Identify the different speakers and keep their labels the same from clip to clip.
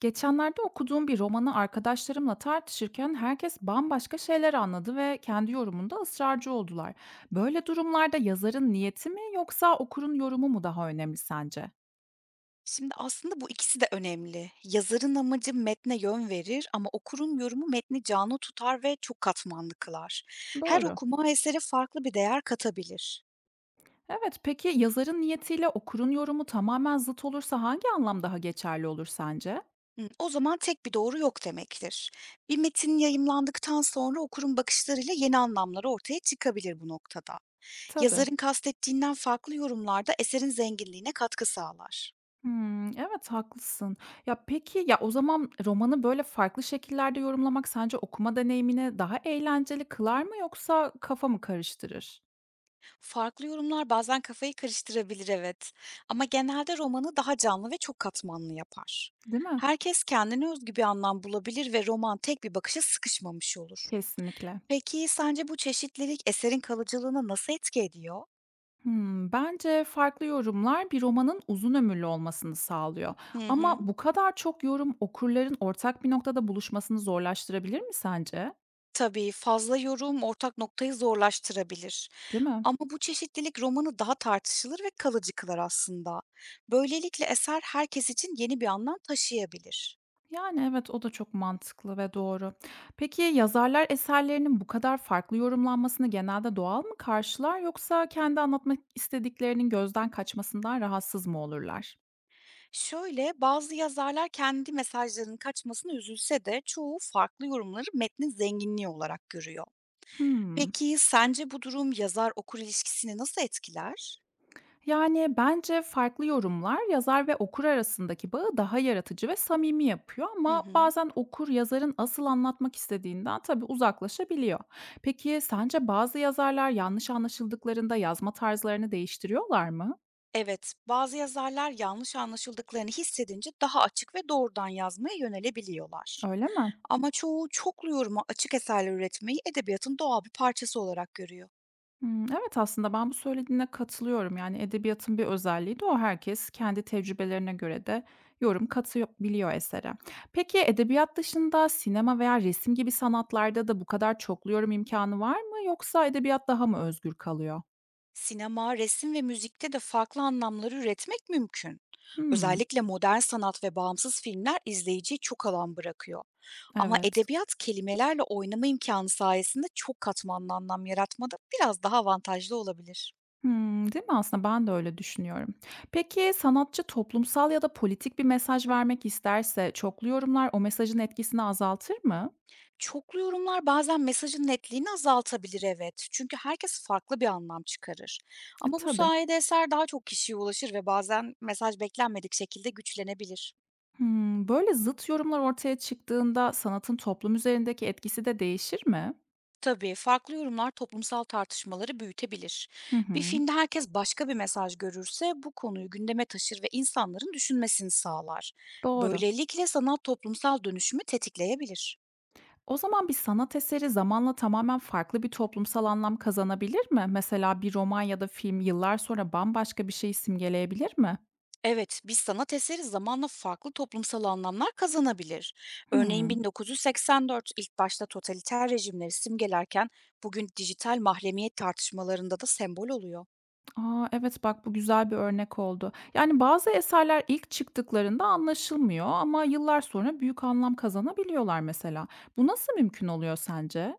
Speaker 1: Geçenlerde okuduğum bir romanı arkadaşlarımla tartışırken herkes bambaşka şeyler anladı ve kendi yorumunda ısrarcı oldular. Böyle durumlarda yazarın niyeti mi yoksa okurun yorumu mu daha önemli sence?
Speaker 2: Şimdi aslında bu ikisi de önemli. Yazarın amacı metne yön verir ama okurun yorumu metni canlı tutar ve çok katmanlı kılar. Her
Speaker 1: Doğru.
Speaker 2: okuma esere farklı bir değer katabilir.
Speaker 1: Evet, peki yazarın niyetiyle okurun yorumu tamamen zıt olursa hangi anlam daha geçerli olur sence?
Speaker 2: Hı, O zaman tek bir doğru yok demektir. Bir metin yayımlandıktan sonra okurun bakışlarıyla yeni anlamlar ortaya çıkabilir bu noktada.
Speaker 1: Tabii.
Speaker 2: Yazarın kastettiğinden farklı yorumlarda eserin zenginliğine katkı sağlar.
Speaker 1: Hmm, evet haklısın. Ya peki ya o zaman romanı böyle farklı şekillerde yorumlamak sence okuma deneyimini daha eğlenceli kılar mı yoksa kafa mı karıştırır?
Speaker 2: Farklı yorumlar bazen kafayı karıştırabilir, evet. Ama genelde romanı daha canlı ve çok katmanlı yapar.
Speaker 1: Değil mi?
Speaker 2: Herkes kendine özgü bir anlam bulabilir ve roman tek bir bakışa sıkışmamış olur.
Speaker 1: Kesinlikle.
Speaker 2: Peki sence bu çeşitlilik eserin kalıcılığına nasıl etki ediyor?
Speaker 1: Hımm, bence farklı yorumlar bir romanın uzun ömürlü olmasını sağlıyor,
Speaker 2: Hı
Speaker 1: ama
Speaker 2: hı.
Speaker 1: bu kadar çok yorum okurların ortak bir noktada buluşmasını zorlaştırabilir mi sence?
Speaker 2: Tabii fazla yorum ortak noktayı zorlaştırabilir.
Speaker 1: Değil mi?
Speaker 2: Ama bu çeşitlilik romanı daha tartışılır ve kalıcı kılar aslında. Böylelikle eser herkes için yeni bir anlam taşıyabilir.
Speaker 1: Yani, evet, o da çok mantıklı ve doğru. Peki yazarlar eserlerinin bu kadar farklı yorumlanmasını genelde doğal mı karşılar yoksa kendi anlatmak istediklerinin gözden kaçmasından rahatsız mı olurlar?
Speaker 2: Şöyle, bazı yazarlar kendi mesajlarının kaçmasına üzülse de çoğu farklı yorumları metnin zenginliği olarak görüyor.
Speaker 1: Hımm.
Speaker 2: Peki sence bu durum yazar okur ilişkisini nasıl etkiler?
Speaker 1: Yani bence farklı yorumlar yazar ve okur arasındaki bağı daha yaratıcı ve samimi yapıyor,
Speaker 2: Hı
Speaker 1: ama
Speaker 2: hı.
Speaker 1: bazen okur yazarın asıl anlatmak istediğinden tabii uzaklaşabiliyor. Peki sence bazı yazarlar yanlış anlaşıldıklarında yazma tarzlarını değiştiriyorlar mı?
Speaker 2: Evet, bazı yazarlar yanlış anlaşıldıklarını hissedince daha açık ve doğrudan yazmaya yönelebiliyorlar.
Speaker 1: Öyle mi?
Speaker 2: Ama çoğu çoklu yoruma açık eserler üretmeyi edebiyatın doğal bir parçası olarak görüyor.
Speaker 1: Hımm, evet, aslında ben bu söylediğine katılıyorum. Yani, edebiyatın bir özelliği de o. Herkes kendi tecrübelerine göre de yorum katabiliyor esere. Peki, edebiyat dışında sinema veya resim gibi sanatlarda da bu kadar çoklu yorum imkânı var mı yoksa edebiyat daha mı özgür kalıyor?
Speaker 2: Sinema, resim ve müzikte de farklı anlamları üretmek mümkün.
Speaker 1: Hımm,
Speaker 2: Özellikle modern sanat ve bağımsız filmler izleyiciye çok alan bırakıyor. Ama
Speaker 1: evet.
Speaker 2: edebiyat kelimelerle oynama imkanı sayesinde çok katmanlı anlam yaratmada biraz daha avantajlı olabilir.
Speaker 1: Hımm, değil mi? Aslında ben de öyle düşünüyorum. Peki, sanatçı toplumsal ya da politik bir mesaj vermek isterse çoklu yorumlar o mesajın etkisini azaltır mı?
Speaker 2: Çoklu yorumlar bazen mesajın netliğini azaltabilir evet. Çünkü herkes farklı bir anlam çıkarır.
Speaker 1: E,
Speaker 2: Ama bu
Speaker 1: tabii.
Speaker 2: sayede eser daha çok kişiye ulaşır ve bazen mesaj beklenmedik şekilde güçlenebilir.
Speaker 1: Hımm, böyle zıt yorumlar ortaya çıktığında sanatın toplum üzerindeki etkisi de değişir mi?
Speaker 2: Tabii, farklı yorumlar toplumsal tartışmaları büyütebilir.
Speaker 1: Hı
Speaker 2: Bir
Speaker 1: hı,
Speaker 2: filmde herkes başka bir mesaj görürse bu konuyu gündeme taşır ve insanların düşünmesini sağlar.
Speaker 1: doğru.
Speaker 2: Böylelikle sanat toplumsal dönüşümü tetikleyebilir.
Speaker 1: O zaman bir sanat eseri zamanla tamamen farklı bir toplumsal anlam kazanabilir mi? Mesela bir roman ya da film yıllar sonra bambaşka bir şey simgeleyebilir mi?
Speaker 2: Evet, bir sanat eseri zamanla farklı toplumsal anlamlar kazanabilir. Örneğin
Speaker 1: Hımm.
Speaker 2: 1984 ilk başta totaliter rejimleri simgelerken bugün dijital mahremiyet tartışmalarında da sembol oluyor.
Speaker 1: A, evet, bak bu güzel bir örnek oldu. Yani bazı eserler ilk çıktıklarında anlaşılmıyor ama yıllar sonra büyük anlam kazanabiliyorlar mesela. Bu nasıl mümkün oluyor sence?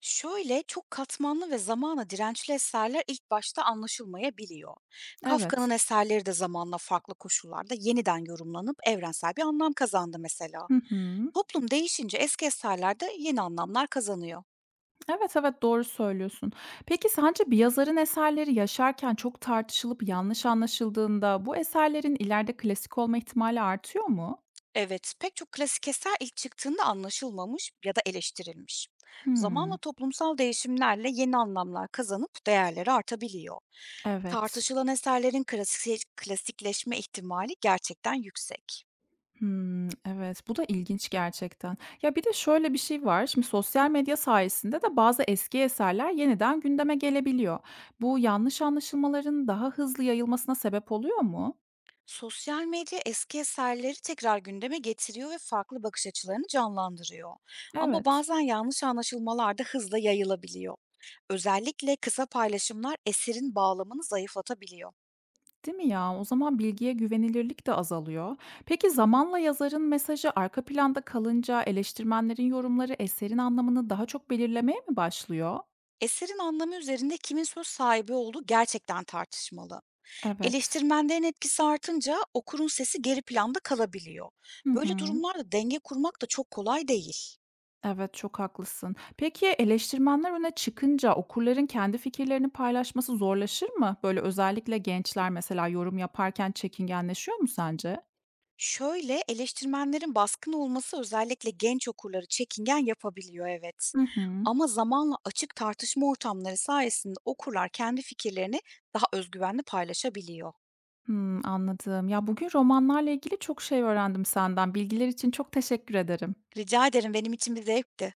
Speaker 2: Şöyle, çok katmanlı ve zamana dirençli eserler ilk başta anlaşılmayabiliyor. Kafka'nın
Speaker 1: Evet.
Speaker 2: eserleri de zamanla farklı koşullarda yeniden yorumlanıp evrensel bir anlam kazandı mesela.
Speaker 1: Hı hı.
Speaker 2: Toplum değişince eski eserler de yeni anlamlar kazanıyor.
Speaker 1: Evet, evet, doğru söylüyorsun. Peki sence bir yazarın eserleri yaşarken çok tartışılıp yanlış anlaşıldığında bu eserlerin ileride klasik olma ihtimali artıyor mu?
Speaker 2: Evet, pek çok klasik eser ilk çıktığında anlaşılmamış ya da eleştirilmiş. Zamanla
Speaker 1: Hımm,
Speaker 2: toplumsal değişimlerle yeni anlamlar kazanıp değerleri artabiliyor.
Speaker 1: evet.
Speaker 2: Tartışılan eserlerin klasikleşme ihtimali gerçekten yüksek.
Speaker 1: Hımm, evet, bu da ilginç gerçekten. Ya, bir de şöyle bir şey var, şimdi sosyal medya sayesinde de bazı eski eserler yeniden gündeme gelebiliyor. Bu yanlış anlaşılmaların daha hızlı yayılmasına sebep oluyor mu?
Speaker 2: Sosyal medya eski eserleri tekrar gündeme getiriyor ve farklı bakış açılarını canlandırıyor. Ama
Speaker 1: Evet.
Speaker 2: bazen yanlış anlaşılmalar da hızla yayılabiliyor. Özellikle kısa paylaşımlar eserin bağlamını zayıflatabiliyor.
Speaker 1: Değil mi ya? O zaman bilgiye güvenilirlik de azalıyor. Peki zamanla yazarın mesajı arka planda kalınca eleştirmenlerin yorumları eserin anlamını daha çok belirlemeye mi başlıyor?
Speaker 2: Eserin anlamı üzerinde kimin söz sahibi olduğu gerçekten tartışmalı.
Speaker 1: Evet.
Speaker 2: Eleştirmenlerin etkisi artınca okurun sesi geri planda kalabiliyor.
Speaker 1: Hı
Speaker 2: Böyle
Speaker 1: hı.
Speaker 2: durumlarda denge kurmak da çok kolay değil.
Speaker 1: Evet, çok haklısın. Peki eleştirmenler öne çıkınca okurların kendi fikirlerini paylaşması zorlaşır mı? Böyle özellikle gençler mesela yorum yaparken çekingenleşiyor mu sence?
Speaker 2: Şöyle, eleştirmenlerin baskın olması özellikle genç okurları çekingen yapabiliyor, evet.
Speaker 1: Hı hı.
Speaker 2: Ama zamanla açık tartışma ortamları sayesinde okurlar kendi fikirlerini daha özgüvenli paylaşabiliyor.
Speaker 1: Hmm, anladım. Ya bugün romanlarla ilgili çok şey öğrendim senden. Bilgiler için çok teşekkür ederim.
Speaker 2: Rica ederim, benim için bir zevkti.